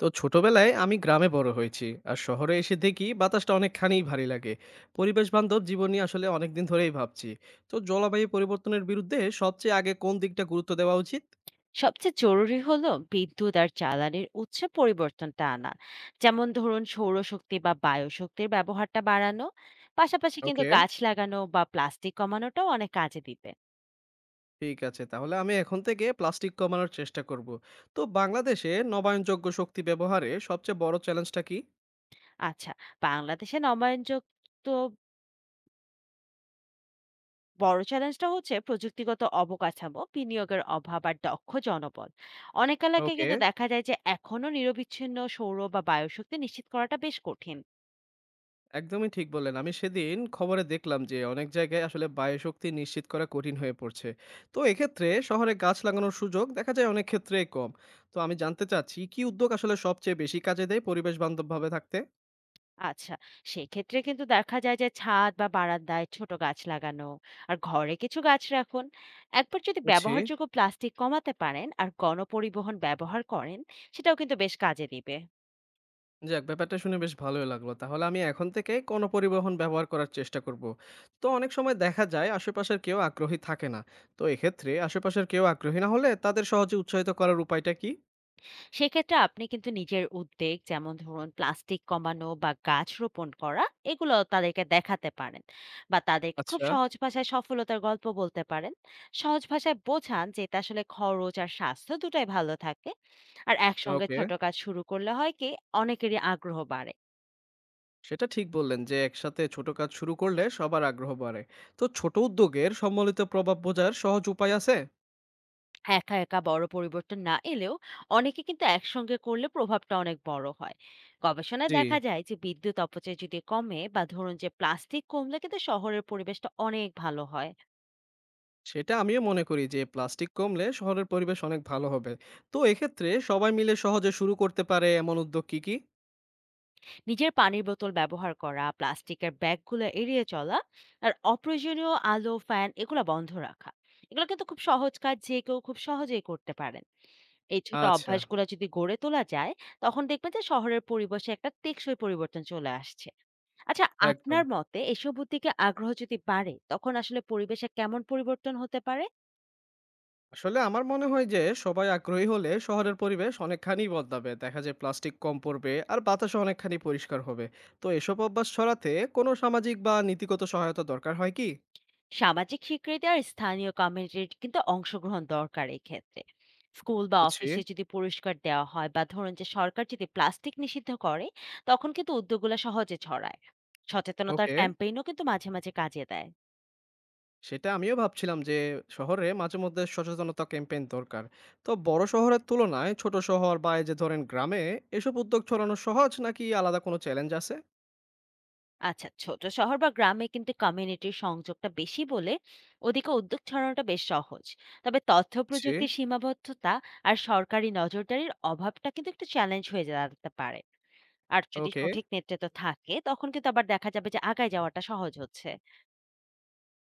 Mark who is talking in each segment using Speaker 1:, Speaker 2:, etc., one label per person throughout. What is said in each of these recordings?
Speaker 1: তো ছোটবেলায় আমি গ্রামে বড় হয়েছি। আর শহরে এসে দেখি বাতাসটা অনেকখানি ভারী লাগে। পরিবেশ বান্ধব জীবন নিয়ে আসলে অনেকদিন ধরেই ভাবছি। তো জলবায়ু পরিবর্তনের বিরুদ্ধে সবচেয়ে আগে কোন দিকটা গুরুত্ব দেওয়া উচিত?
Speaker 2: সবচেয়ে জরুরি হলো বিদ্যুৎ আর জ্বালানির উৎসে পরিবর্তনটা আনা। যেমন ধরুন সৌরশক্তি বা বায়ুশক্তির ব্যবহারটা বাড়ানো। পাশাপাশি কিন্তু
Speaker 1: ওকে,
Speaker 2: গাছ লাগানো বা প্লাস্টিক কমানোটাও অনেক কাজে দিবে।
Speaker 1: ঠিক আছে, তাহলে আমি এখন থেকে প্লাস্টিক কমানোর চেষ্টা করব। তো বাংলাদেশে নবায়নযোগ্য শক্তি ব্যবহারে সবচেয়ে বড় চ্যালেঞ্জটা কি?
Speaker 2: আচ্ছা, বাংলাদেশে নবায়নযোগ্য বড় চ্যালেঞ্জটা হচ্ছে প্রযুক্তিগত অবকাঠামো বিনিয়োগের অভাব আর দক্ষ জনবল। অনেক এলাকায়
Speaker 1: ওকে,
Speaker 2: কিন্তু দেখা যায় যে এখনো নিরবিচ্ছিন্ন সৌর বা বায়ুশক্তি নিশ্চিত করাটা বেশ কঠিন।
Speaker 1: একদমই ঠিক বললেন। আমি সেদিন খবরে দেখলাম যে অনেক জায়গায় আসলে বায়ুশক্তি নিশ্চিত করা কঠিন হয়ে পড়ছে। তো এক্ষেত্রে শহরে গাছ লাগানোর সুযোগ দেখা যায় অনেক ক্ষেত্রেই কম। তো আমি জানতে চাচ্ছি কি উদ্যোগ আসলে সবচেয়ে বেশি কাজে দেয় পরিবেশ বান্ধবভাবে থাকতে?
Speaker 2: আচ্ছা, সেক্ষেত্রে কিন্তু দেখা যায় যে ছাদ বা বারান্দায় ছোট গাছ লাগানো আর ঘরে কিছু গাছ রাখুন। একবার যদি
Speaker 1: বুঝছি।
Speaker 2: ব্যবহারযোগ্য প্লাস্টিক কমাতে পারেন আর গণপরিবহন ব্যবহার করেন, সেটাও কিন্তু বেশ কাজে দিবে।
Speaker 1: যাক, ব্যাপারটা শুনে বেশ ভালোই লাগলো। তাহলে আমি এখন থেকে গণপরিবহন ব্যবহার করার চেষ্টা করব। তো অনেক সময় দেখা যায় আশেপাশের কেউ আগ্রহী থাকে না। তো এক্ষেত্রে আশেপাশের কেউ আগ্রহী না হলে তাদের সহজে উৎসাহিত করার উপায়টা কি?
Speaker 2: সেক্ষেত্রে আপনি কিন্তু নিজের উদ্যোগ যেমন ধরুন প্লাস্টিক কমানো বা গাছ রোপণ করা এগুলো তাদেরকে দেখাতে পারেন বা তাদেরকে খুব
Speaker 1: আচ্ছা।
Speaker 2: সহজ ভাষায় সফলতার গল্প বলতে পারেন। সহজ ভাষায় বোঝান যে এটা আসলে খরচ আর স্বাস্থ্য দুটাই ভালো থাকে। আর একসঙ্গে
Speaker 1: ওকে।
Speaker 2: ছোট কাজ শুরু করলে হয় কি অনেকেরই আগ্রহ বাড়ে।
Speaker 1: সেটা ঠিক বললেন যে একসাথে ছোট কাজ শুরু করলে সবার আগ্রহ বাড়ে। তো ছোট উদ্যোগের সম্মিলিত প্রভাব বোঝার সহজ উপায় আছে?
Speaker 2: একা একা বড় পরিবর্তন না এলেও অনেকে কিন্তু একসঙ্গে করলে প্রভাবটা অনেক বড় হয়। গবেষণায়
Speaker 1: জি।
Speaker 2: দেখা যায় যে বিদ্যুৎ অপচয় যদি কমে বা ধরুন যে প্লাস্টিক কমলে কিন্তু শহরের পরিবেশটা অনেক ভালো হয়।
Speaker 1: সেটা আমিও মনে করি যে প্লাস্টিক কমলে শহরের পরিবেশ অনেক ভালো হবে। তো এক্ষেত্রে সবাই মিলে সহজে শুরু করতে পারে এমন উদ্যোগ কি কি?
Speaker 2: নিজের পানির বোতল ব্যবহার করা, প্লাস্টিকের ব্যাগগুলো এড়িয়ে চলা, আর অপ্রয়োজনীয় আলো, ফ্যান এগুলো বন্ধ রাখা। এগুলো কিন্তু খুব সহজ কাজ, যে কেউ খুব সহজেই করতে পারেন। এই ছোট
Speaker 1: আচ্ছা।
Speaker 2: অভ্যাসগুলো যদি গড়ে তোলা যায়, তখন দেখবেন যে শহরের পরিবেশে একটা টেকসই পরিবর্তন চলে আসছে। আচ্ছা,
Speaker 1: একদম।
Speaker 2: আপনার মতে এসব উদ্যোগে আগ্রহ যদি বাড়ে, তখন আসলে পরিবেশে কেমন পরিবর্তন হতে পারে?
Speaker 1: আসলে আমার মনে হয় যে সবাই আগ্রহী হলে শহরের পরিবেশ অনেকখানি বদলাবে, দেখা যায় প্লাস্টিক কম পড়বে আর বাতাসও অনেকখানি পরিষ্কার হবে। তো এসব অভ্যাস ছড়াতে কোনো সামাজিক বা নীতিগত সহায়তা দরকার হয় কি?
Speaker 2: সামাজিক স্বীকৃতি আর স্থানীয় কমিউনিটির কিন্তু অংশগ্রহণ দরকার এই ক্ষেত্রে। স্কুল বা
Speaker 1: বুঝছি।
Speaker 2: অফিসে যদি পুরস্কার দেওয়া হয় বা ধরুন যে সরকার যদি প্লাস্টিক নিষিদ্ধ করে তখন কিন্তু উদ্যোগগুলো সহজে ছড়ায়। সচেতনতার
Speaker 1: ওকে।
Speaker 2: ক্যাম্পেইনও কিন্তু মাঝে মাঝে কাজে দেয়।
Speaker 1: সেটা আমিও ভাবছিলাম যে শহরে মাঝেমধ্যে সচেতনতা ক্যাম্পেইন দরকার। তো বড় শহরের তুলনায় ছোট শহর বা এই যে ধরেন গ্রামে এসব উদ্যোগ ছড়ানো সহজ নাকি আলাদা কোনো চ্যালেঞ্জ আছে?
Speaker 2: আচ্ছা, ছোট শহর বা গ্রামে কিন্তু কমিউনিটির সংযোগটা বেশি বলে ওদিকে উদ্যোগ ছড়ানোটা বেশ সহজ। তবে তথ্য
Speaker 1: জি।
Speaker 2: প্রযুক্তির সীমাবদ্ধতা আর সরকারি নজরদারির অভাবটা কিন্তু একটু চ্যালেঞ্জ হয়ে দাঁড়াতে পারে। আর যদি
Speaker 1: ওকে।
Speaker 2: সঠিক নেতৃত্ব থাকে, তখন কিন্তু আবার দেখা যাবে যে আগায় যাওয়াটা সহজ হচ্ছে।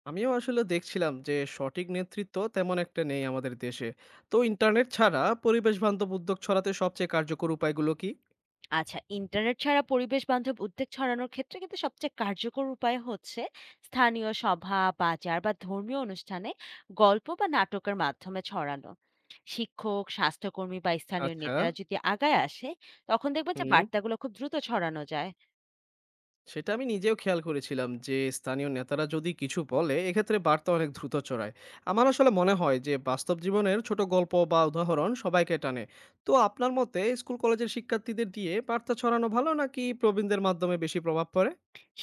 Speaker 1: আমিও আসলে দেখছিলাম যে সঠিক নেতৃত্ব তেমন একটা নেই আমাদের দেশে। তো ইন্টারনেট ছাড়া পরিবেশ বান্ধব উদ্যোগ ছড়াতে সবচেয়ে কার্যকর উপায়গুলো কি?
Speaker 2: আচ্ছা, ইন্টারনেট ছাড়া পরিবেশ বান্ধব উদ্যোগ ছড়ানোর ক্ষেত্রে কিন্তু সবচেয়ে কার্যকর উপায় হচ্ছে স্থানীয় সভা, বাজার বা ধর্মীয় অনুষ্ঠানে গল্প বা নাটকের মাধ্যমে ছড়ানো। শিক্ষক, স্বাস্থ্যকর্মী বা স্থানীয়
Speaker 1: আচ্ছা।
Speaker 2: নেতারা যদি আগায় আসে, তখন দেখবেন যে
Speaker 1: হুম।
Speaker 2: বার্তাগুলো খুব দ্রুত ছড়ানো যায়।
Speaker 1: সেটা আমি নিজেও খেয়াল করেছিলাম যে স্থানীয় নেতারা যদি কিছু বলে এক্ষেত্রে বার্তা অনেক দ্রুত ছড়ায়। আমার আসলে মনে হয় যে বাস্তব জীবনের ছোট গল্প বা উদাহরণ সবাইকে টানে। তো আপনার মতে স্কুল কলেজের শিক্ষার্থীদের দিয়ে বার্তা ছড়ানো ভালো নাকি প্রবীণদের মাধ্যমে বেশি প্রভাব পড়ে?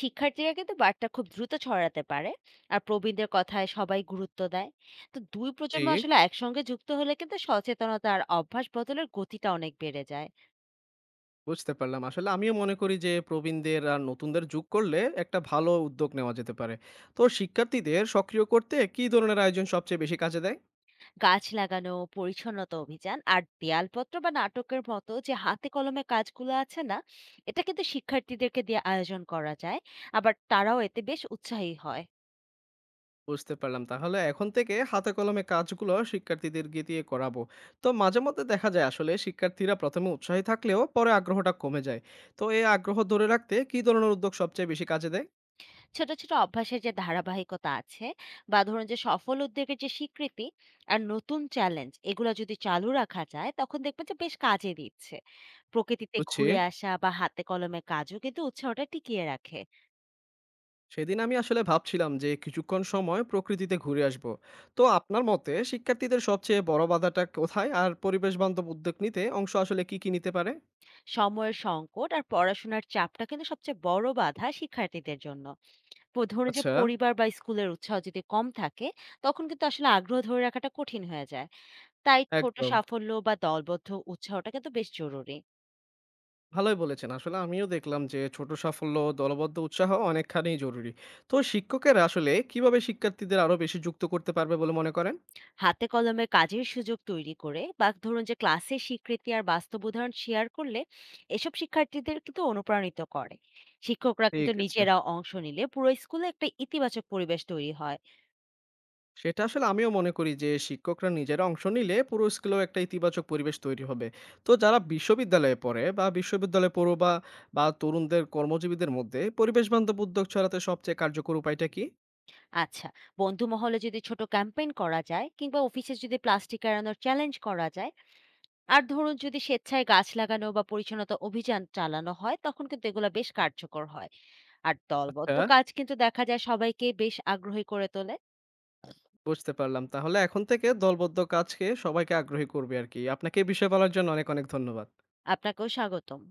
Speaker 2: শিক্ষার্থীরা কিন্তু বার্তা খুব দ্রুত ছড়াতে পারে আর প্রবীণদের কথায় সবাই গুরুত্ব দেয়। তো দুই
Speaker 1: জি।
Speaker 2: প্রজন্ম আসলে একসঙ্গে যুক্ত হলে কিন্তু সচেতনতা আর অভ্যাস বদলের গতিটা অনেক বেড়ে যায়।
Speaker 1: বুঝতে পারলাম, আসলে আমিও মনে করি যে প্রবীণদের আর নতুনদের যোগ করলে একটা ভালো উদ্যোগ নেওয়া যেতে পারে। তো শিক্ষার্থীদের সক্রিয় করতে কী ধরনের আয়োজন সবচেয়ে বেশি কাজে দেয়?
Speaker 2: গাছ লাগানো, পরিচ্ছন্নতা অভিযান আর দেয়ালপত্র বা নাটকের মতো যে হাতে কলমে কাজগুলো আছে না এটা কিন্তু শিক্ষার্থীদেরকে দিয়ে আয়োজন করা যায়। আবার তারাও এতে বেশ উৎসাহী হয়।
Speaker 1: বুঝতে পারলাম। তাহলে এখন থেকে হাতে কলমে কাজগুলো শিক্ষার্থীদেরকে দিয়ে করাবো। তো মাঝে মধ্যে দেখা যায় আসলে শিক্ষার্থীরা ১মে এ উৎসাহী থাকলেও পরে আগ্রহটা কমে যায়। তো এই আগ্রহ ধরে রাখতে কি ধরনের উদ্যোগ সবচেয়ে বেশি কাজে দেয়?
Speaker 2: ছোট, ছোট অভ্যাসের যে ধারাবাহিকতা আছে বা ধরুন যে সফল উদ্যোগের যে স্বীকৃতি আর নতুন চ্যালেঞ্জ এগুলা যদি চালু রাখা যায় তখন দেখবেন যে বেশ কাজে দিচ্ছে। প্রকৃতিতে
Speaker 1: বুঝছি।
Speaker 2: ঘুরে আসা বা হাতে কলমে কাজও কিন্তু উৎসাহটা টিকিয়ে রাখে।
Speaker 1: সেদিন আমি আসলে ভাবছিলাম যে কিছুক্ষণ সময় প্রকৃতিতে ঘুরে আসব। তো আপনার মতে শিক্ষার্থীদের সবচেয়ে বড় বাধাটা কোথায়? আর পরিবেশ বান্ধব উদ্যোগ নিতে অংশ আসলে কি নিতে পারে?
Speaker 2: সময়ের সংকট আর পড়াশোনার চাপটা কিন্তু সবচেয়ে বড় বাধা শিক্ষার্থীদের জন্য। ধরুন যে
Speaker 1: আচ্ছা।
Speaker 2: পরিবার বা স্কুলের উৎসাহ যদি কম থাকে তখন কিন্তু আসলে আগ্রহ ধরে রাখাটা কঠিন হয়ে যায়। তাই ছোট
Speaker 1: একদম।
Speaker 2: সাফল্য বা দলবদ্ধ উৎসাহটা কিন্তু বেশ জরুরি।
Speaker 1: ভালোই বলেছেন। আসলে আমিও দেখলাম যে ছোট সাফল্য, দলবদ্ধ উৎসাহ অনেকখানি জরুরি। তো শিক্ষকেরা আসলে কিভাবে শিক্ষার্থীদের আরো বেশি যুক্ত করতে পারবে বলে মনে করেন?
Speaker 2: হাতে কলমে কাজের সুযোগ তৈরি করে বা ধরুন যে ক্লাসের স্বীকৃতি আর বাস্তব উদাহরণ শেয়ার করলে এসব শিক্ষার্থীদের কিন্তু অনুপ্রাণিত করে। শিক্ষকরা
Speaker 1: ঠিক
Speaker 2: কিন্তু
Speaker 1: আছে।
Speaker 2: নিজেরা অংশ নিলে পুরো স্কুলে একটা ইতিবাচক পরিবেশ তৈরি হয়।
Speaker 1: সেটা আসলে আমিও মনে করি যে শিক্ষকরা নিজেরা অংশ নিলে পুরো স্কুলেও একটা ইতিবাচক পরিবেশ তৈরি হবে। তো যারা বিশ্ববিদ্যালয়ে পড়ে বা বিশ্ববিদ্যালয়ে পড়ুয়া বা বা তরুণদের কর্মজীবীদের মধ্যে পরিবেশ বান্ধব উদ্যোগ ছড়াতে সবচেয়ে কার্যকর উপায়টা কি?
Speaker 2: আচ্ছা, বন্ধু মহলে যদি ছোট ক্যাম্পেইন করা যায় কিংবা অফিসে যদি প্লাস্টিক এড়ানোর চ্যালেঞ্জ করা যায় আর ধরুন যদি স্বেচ্ছায় গাছ লাগানো বা পরিচ্ছন্নতা অভিযান চালানো হয় তখন কিন্তু এগুলো বেশ কার্যকর হয়। আর
Speaker 1: আচ্ছা,
Speaker 2: দলবদ্ধ কাজ কিন্তু দেখা যায় সবাইকে বেশ আগ্রহী করে তোলে।
Speaker 1: বুঝতে পারলাম। তাহলে এখন থেকে দলবদ্ধ কাজকে সবাইকে আগ্রহী করবে আরকি। আপনাকে এই বিষয়ে বলার জন্য অনেক ধন্যবাদ।
Speaker 2: আপনাকেও স্বাগতম।